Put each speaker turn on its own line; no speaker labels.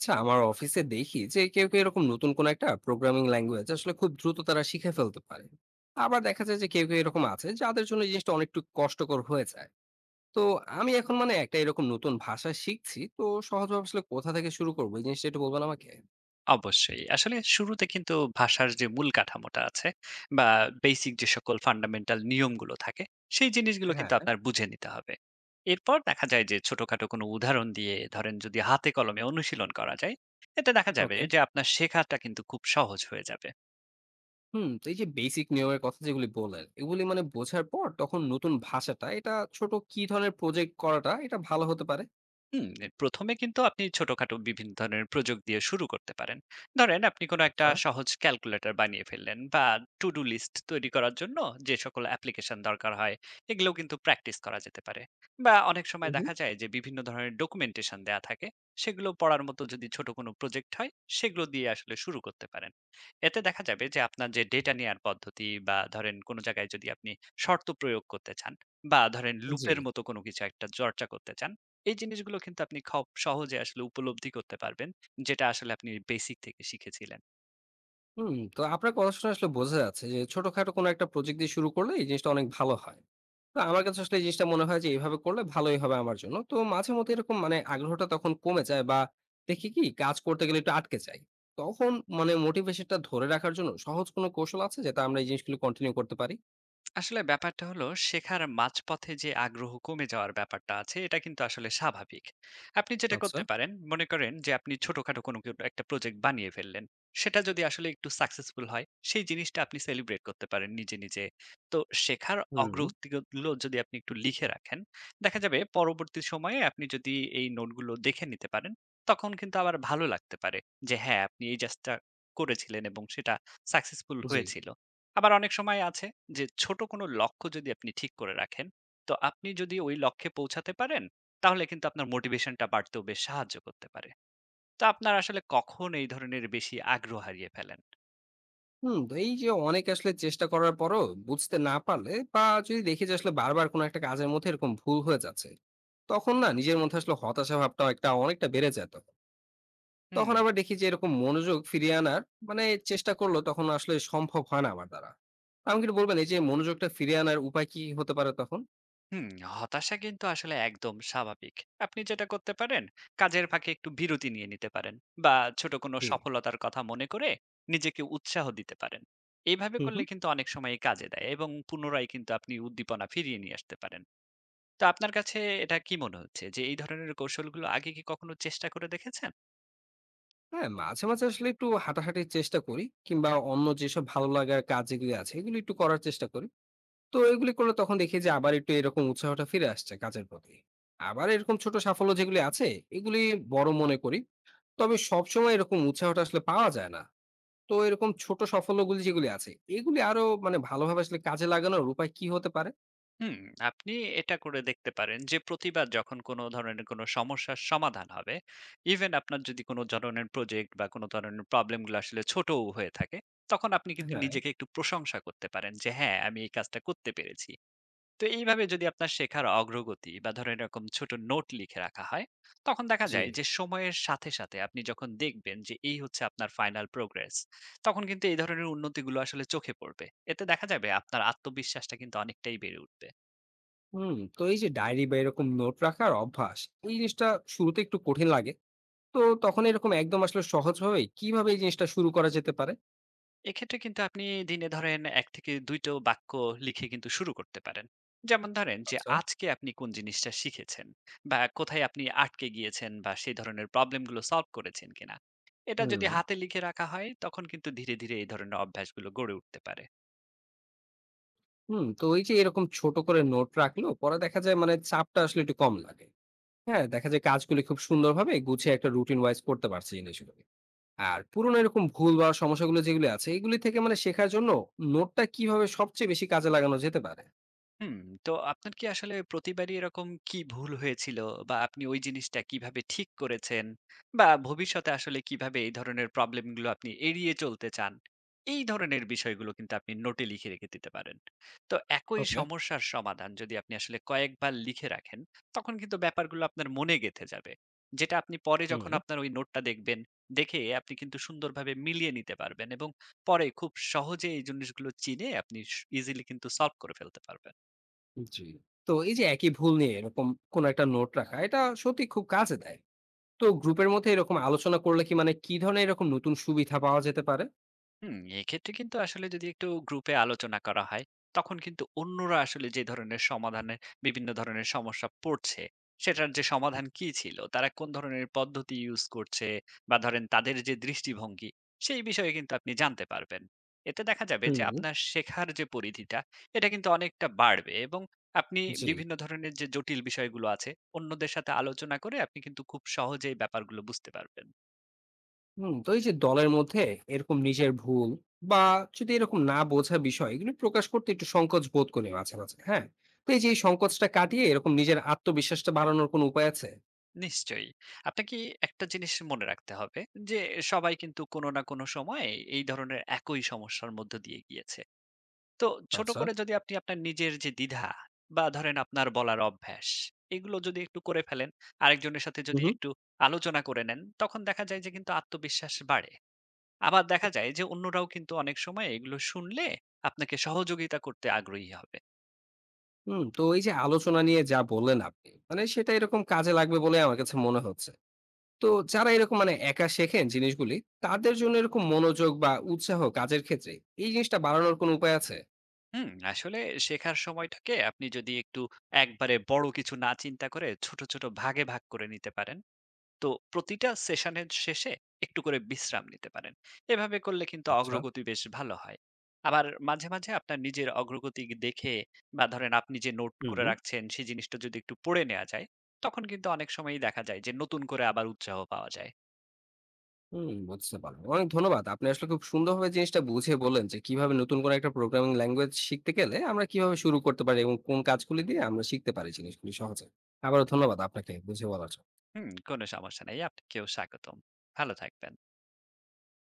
আচ্ছা আমার অফিসে দেখি যে কেউ কেউ এরকম নতুন কোন একটা প্রোগ্রামিং ল্যাঙ্গুয়েজ আসলে খুব দ্রুত তারা শিখে ফেলতে পারে। আবার দেখা যায় যে কেউ কেউ এরকম আছে যাদের জন্য এই জিনিসটা অনেকটু কষ্টকর হয়ে যায়। তো আমি এখন মানে একটা এরকম নতুন ভাষা শিখছি, তো সহজভাবে আসলে কোথা থেকে শুরু করবো এই জিনিসটা একটু বলবেন আমাকে?
অবশ্যই। আসলে শুরুতে কিন্তু ভাষার যে মূল কাঠামোটা আছে বা বেসিক যে সকল ফান্ডামেন্টাল নিয়মগুলো থাকে, সেই জিনিসগুলো কিন্তু
হ্যাঁ।
আপনার বুঝে নিতে হবে। এরপর দেখা যায় যে ছোটখাটো কোনো উদাহরণ দিয়ে ধরেন যদি হাতে কলমে অনুশীলন করা যায়, এতে দেখা যাবে
ওকে।
যে আপনার শেখাটা কিন্তু খুব সহজ হয়ে যাবে।
হুম, তো এই যে বেসিক নিয়মের কথা যেগুলি বললেন এগুলি মানে বোঝার পর তখন নতুন ভাষাটা এটা ছোট কি ধরনের প্রজেক্ট করাটা এটা ভালো হতে পারে?
হুম, প্রথমে কিন্তু আপনি ছোটখাটো বিভিন্ন ধরনের প্রযোগ দিয়ে শুরু করতে পারেন। ধরেন আপনি কোনো একটা
আচ্ছা।
সহজ ক্যালকুলেটর বানিয়ে ফেললেন বা টু ডু লিস্ট তৈরি করার জন্য যে সকল অ্যাপ্লিকেশন দরকার হয় এগুলো কিন্তু প্র্যাকটিস করা যেতে পারে। বা অনেক
হুম,
সময়
হুম।
দেখা যায় যে বিভিন্ন ধরনের ডকুমেন্টেশন দেয়া থাকে সেগুলো পড়ার মতো যদি ছোট কোনো প্রজেক্ট হয় সেগুলো দিয়ে আসলে শুরু করতে পারেন। এতে দেখা যাবে যে আপনার যে ডেটা নেয়ার পদ্ধতি বা ধরেন কোনো জায়গায় যদি আপনি শর্ত প্রয়োগ করতে চান বা ধরেন
জি।
লুপের মতো কোনো কিছু একটা চর্চা করতে চান এই জিনিসগুলো কিন্তু আপনি খব সহজে আসলে উপলব্ধি করতে পারবেন, যেটা আসলে আপনি বেসিক থেকে শিখেছিলেন।
হুম, তো আপনার কথা শুনে আসলে বোঝা যাচ্ছে যে ছোটখাটো কোনো একটা প্রজেক্ট দিয়ে শুরু করলে এই জিনিসটা অনেক ভালো হয়। তো আমার কাছে আসলে এই জিনিসটা মনে হয় যে এভাবে করলে ভালোই হবে আমার জন্য। তো মাঝে মধ্যে এরকম মানে আগ্রহটা তখন কমে যায় বা দেখি কি কাজ করতে গেলে একটু আটকে যাই। তখন মানে মোটিভেশনটা ধরে রাখার জন্য সহজ কোনো কৌশল আছে যাতে আমরা এই জিনিসগুলো কন্টিনিউ করতে পারি?
আসলে ব্যাপারটা হলো শেখার মাঝপথে যে আগ্রহ কমে যাওয়ার ব্যাপারটা আছে এটা কিন্তু আসলে স্বাভাবিক। আপনি যেটা
আচ্ছা।
করতে পারেন, মনে করেন যে আপনি ছোটখাটো কোনো কেউ একটা প্রজেক্ট বানিয়ে ফেললেন। সেটা যদি আসলে একটু সাকসেসফুল হয়, সেই জিনিসটা আপনি সেলিব্রেট করতে পারেন নিজে, নিজে। তো শেখার
হুম।
অগ্রগতিগুলো যদি আপনি একটু লিখে রাখেন, দেখা যাবে পরবর্তী সময়ে আপনি যদি এই নোটগুলো দেখে নিতে পারেন, তখন কিন্তু আবার ভালো লাগতে পারে যে হ্যাঁ, আপনি এই জাস্টটা করেছিলেন এবং সেটা সাকসেসফুল
জি।
হয়েছিল। আবার অনেক সময় আছে যে ছোট কোনো লক্ষ্য যদি আপনি ঠিক করে রাখেন, তো আপনি যদি ওই লক্ষ্যে পৌঁছাতে পারেন, তাহলে কিন্তু আপনার মোটিভেশনটা বাড়তেও বেশ সাহায্য করতে পারে। তো আপনার আসলে কখন এই ধরনের বেশি আগ্রহ হারিয়ে ফেলেন?
হুম, তো এই যে অনেক আসলে চেষ্টা করার পরও বুঝতে না পারলে বা যদি দেখি যে আসলে বারবার কোনো একটা কাজের মধ্যে এরকম ভুল হয়ে যাচ্ছে তখন না নিজের মধ্যে আসলে হতাশা ভাবটা একটা অনেকটা বেড়ে যায় তখন।
হুম,
তখন আবার দেখি যে এরকম মনোযোগ ফিরিয়ে আনার মানে চেষ্টা করলো তখন আসলে সম্ভব হয় না আমার দ্বারা। আমাকে একটু বলবেন এই যে মনোযোগটা ফিরিয়ে আনার উপায় কি হতে পারে তখন?
হুম, হতাশা কিন্তু আসলে একদম স্বাভাবিক। আপনি যেটা করতে পারেন, কাজের ফাঁকে একটু বিরতি নিয়ে নিতে পারেন বা ছোট কোনো
জি।
সফলতার কথা মনে করে নিজেকে উৎসাহ দিতে পারেন। এইভাবে
হুম,
করলে
হুম।
কিন্তু অনেক সময়ই কাজে দেয় এবং পুনরায় কিন্তু আপনি উদ্দীপনা ফিরিয়ে নিয়ে আসতে পারেন। তো আপনার কাছে এটা কি মনে হচ্ছে যে এই ধরনের কৌশলগুলো আগে কি কখনো চেষ্টা করে দেখেছেন?
হ্যাঁ, মাঝে মাঝে আসলে একটু হাঁটাহাঁটির চেষ্টা করি কিংবা অন্য যেসব ভালো লাগার কাজ যেগুলি আছে এগুলি একটু করার চেষ্টা করি। তো এগুলি করলে তখন দেখি যে আবার একটু এরকম উৎসাহটা ফিরে আসছে কাজের প্রতি। আবার এরকম ছোট সাফল্য যেগুলি আছে এগুলি বড় মনে করি। তবে সবসময় এরকম উৎসাহটা আসলে পাওয়া যায় না। তো এরকম ছোট সাফল্যগুলি যেগুলি আছে, এগুলি আরো মানে ভালোভাবে আসলে কাজে লাগানোর উপায় কি হতে পারে?
হুম, আপনি এটা করে দেখতে পারেন যে প্রতিবার যখন কোনো ধরনের কোনো সমস্যার সমাধান হবে, ইভেন আপনার যদি কোনো ধরনের প্রজেক্ট বা কোনো ধরনের প্রবলেম গুলো আসলে ছোটও হয়ে থাকে, তখন আপনি কিন্তু
হ্যাঁ।
নিজেকে একটু প্রশংসা করতে পারেন যে হ্যাঁ, আমি এই কাজটা করতে পেরেছি। তো এইভাবে যদি আপনার শেখার অগ্রগতি বা ধরেন এরকম ছোট নোট লিখে রাখা হয় তখন দেখা
জি।
যায় যে সময়ের সাথে সাথে আপনি যখন দেখবেন যে এই হচ্ছে আপনার ফাইনাল প্রোগ্রেস তখন কিন্তু এই ধরনের উন্নতিগুলো আসলে চোখে পড়বে এতে দেখা যাবে আপনার আত্মবিশ্বাসটা কিন্তু অনেকটাই বেড়ে উঠবে।
হুম, তো এই যে ডায়েরি বা এরকম নোট রাখার অভ্যাস, এই জিনিসটা শুরুতে একটু কঠিন লাগে। তো তখন এরকম একদম আসলে সহজভাবে কিভাবে এই জিনিসটা শুরু করা যেতে পারে?
এক্ষেত্রে কিন্তু আপনি দিনে ধরেন ১ থেকে ২ টো বাক্য লিখে কিন্তু শুরু করতে পারেন। যেমন ধরেন যে
আচ্ছা।
আজকে আপনি কোন জিনিসটা শিখেছেন বা কোথায় আপনি আটকে গিয়েছেন বা সেই ধরনের প্রবলেম গুলো সলভ করেছেন কিনা। এটা
হুম,
যদি হাতে লিখে রাখা হয় তখন কিন্তু ধীরে, ধীরে এই ধরনের অভ্যাসগুলো গড়ে উঠতে পারে।
হুম, তো এই যে এরকম ছোট করে নোট রাখলেও পরে দেখা যায় মানে চাপটা আসলে একটু কম লাগে। হ্যাঁ, দেখা যায় কাজগুলি খুব সুন্দরভাবে গুছিয়ে একটা রুটিন ওয়াইজ করতে পারছি জিনিসগুলো। আর পুরোনো এরকম ভুল বা সমস্যাগুলো যেগুলো আছে, এগুলি থেকে মানে শেখার জন্য নোটটা কিভাবে সবচেয়ে বেশি কাজে লাগানো যেতে পারে?
হুম, তো আপনার কি আসলে প্রতিবারই এরকম কি ভুল হয়েছিল? বা আপনি ওই জিনিসটা কিভাবে ঠিক করেছেন? বা ভবিষ্যতে আসলে কিভাবে এই ধরনের প্রবলেম গুলো আপনি এড়িয়ে চলতে চান? এই ধরনের বিষয়গুলো কিন্তু আপনি নোটে লিখে রেখে দিতে পারেন। তো একই
ওকে।
সমস্যার সমাধান যদি আপনি আসলে কয়েকবার লিখে রাখেন, তখন কিন্তু ব্যাপারগুলো আপনার মনে গেঁথে যাবে। যেটা আপনি পরে যখন
হুম।
আপনার ওই নোটটা দেখবেন, দেখে আপনি কিন্তু সুন্দরভাবে মিলিয়ে নিতে পারবেন এবং পরে খুব সহজে এই জিনিসগুলো চিনে আপনি স ইজিলি কিন্তু সলভ করে ফেলতে পারবেন।
জি। তো এই যে একই ভুল নিয়ে এরকম কোনো একটা নোট রাখা, এটা সত্যি খুব কাজে দেয়। তো গ্রুপের মধ্যে এরকম আলোচনা করলে কি মানে কি ধরনের এরকম নতুন সুবিধা পাওয়া যেতে পারে?
হুম, এক্ষেত্রে কিন্তু আসলে যদি একটু গ্রুপে আলোচনা করা হয়, তখন কিন্তু অন্যরা আসলে যে ধরনের সমাধানের বিভিন্ন ধরনের সমস্যা পড়ছে, সেটার যে সমাধান কি ছিল, তারা কোন ধরনের পদ্ধতি ইউজ করছে বা ধরেন তাদের যে দৃষ্টিভঙ্গি, সেই বিষয়ে কিন্তু আপনি জানতে পারবেন। এতে দেখা যাবে যে
হুম।
আপনার শেখার যে পরিধিটা, এটা কিন্তু অনেকটা বাড়বে এবং আপনি
জি।
বিভিন্ন ধরনের যে জটিল বিষয়গুলো আছে, অন্যদের সাথে আলোচনা করে আপনি কিন্তু খুব সহজেই ব্যাপারগুলো বুঝতে পারবেন।
হুম, তো এই যে দলের মধ্যে এরকম নিজের ভুল বা যদি এরকম না বোঝা বিষয় এগুলো প্রকাশ করতে একটু সংকোচ বোধ করি মাঝে মাঝে। হ্যাঁ? তো এই যে এই সংকোচটা কাটিয়ে এরকম নিজের আত্মবিশ্বাসটা বাড়ানোর কোনো উপায় আছে?
নিশ্চয়ই। আপনাকে একটা জিনিস মনে রাখতে হবে যে, সবাই কিন্তু কোনো না কোনো সময়ে এই ধরনের একই সমস্যার মধ্য দিয়ে গিয়েছে। তো ছোট
আচ্ছা।
করে যদি আপনি আপনার নিজের যে দ্বিধা বা ধরেন আপনার বলার অভ্যাস, এগুলো যদি একটু করে ফেলেন, আরেকজনের সাথে
হু,
যদি
হু।
একটু আলোচনা করে নেন, তখন দেখা যায় যে কিন্তু আত্মবিশ্বাস বাড়ে। আবার দেখা যায় যে অন্যরাও কিন্তু অনেক সময় এগুলো শুনলে আপনাকে সহযোগিতা করতে আগ্রহী হবে।
হুম, তো এই যে আলোচনা নিয়ে যা বললেন আপনি, মানে সেটা এরকম কাজে লাগবে বলে আমার কাছে মনে হচ্ছে। তো যারা এরকম মানে একা শেখেন জিনিসগুলি, তাদের জন্য এরকম মনোযোগ বা উৎসাহ কাজের ক্ষেত্রে এই জিনিসটা বাড়ানোর কোনো উপায় আছে?
হুম, আসলে শেখার সময়টাকে আপনি যদি একটু একবারে বড় কিছু না চিন্তা করে ছোট, ছোট ভাগে ভাগ করে নিতে পারেন। তো প্রতিটা সেশনের শেষে একটু করে বিশ্রাম নিতে পারেন। এভাবে করলে কিন্তু
আচ্ছা।
অগ্রগতি বেশ ভালো হয়। আবার মাঝে, মাঝে আপনার নিজের অগ্রগতি দেখে বা ধরেন আপনি যে নোট
হুম,
করে রাখছেন সেই জিনিসটা যদি একটু পড়ে নেওয়া যায়, তখন কিন্তু অনেক সময়ই দেখা যায় যে নতুন করে আবার উৎসাহ পাওয়া যায়।
হুম, বুঝতে পারলাম। অনেক ধন্যবাদ। আপনি আসলে খুব সুন্দরভাবে জিনিসটা বুঝিয়ে বললেন যে কিভাবে নতুন কোনো একটা প্রোগ্রামিং ল্যাঙ্গুয়েজ শিখতে গেলে আমরা কিভাবে শুরু করতে পারি এবং কোন কাজগুলি দিয়ে আমরা শিখতে পারি জিনিসগুলি সহজে। আবারও ধন্যবাদ আপনাকে বুঝিয়ে বলার জন্য।
হুম, কোনো সমস্যা নেই। আপনাকেও স্বাগতম। ভালো থাকবেন।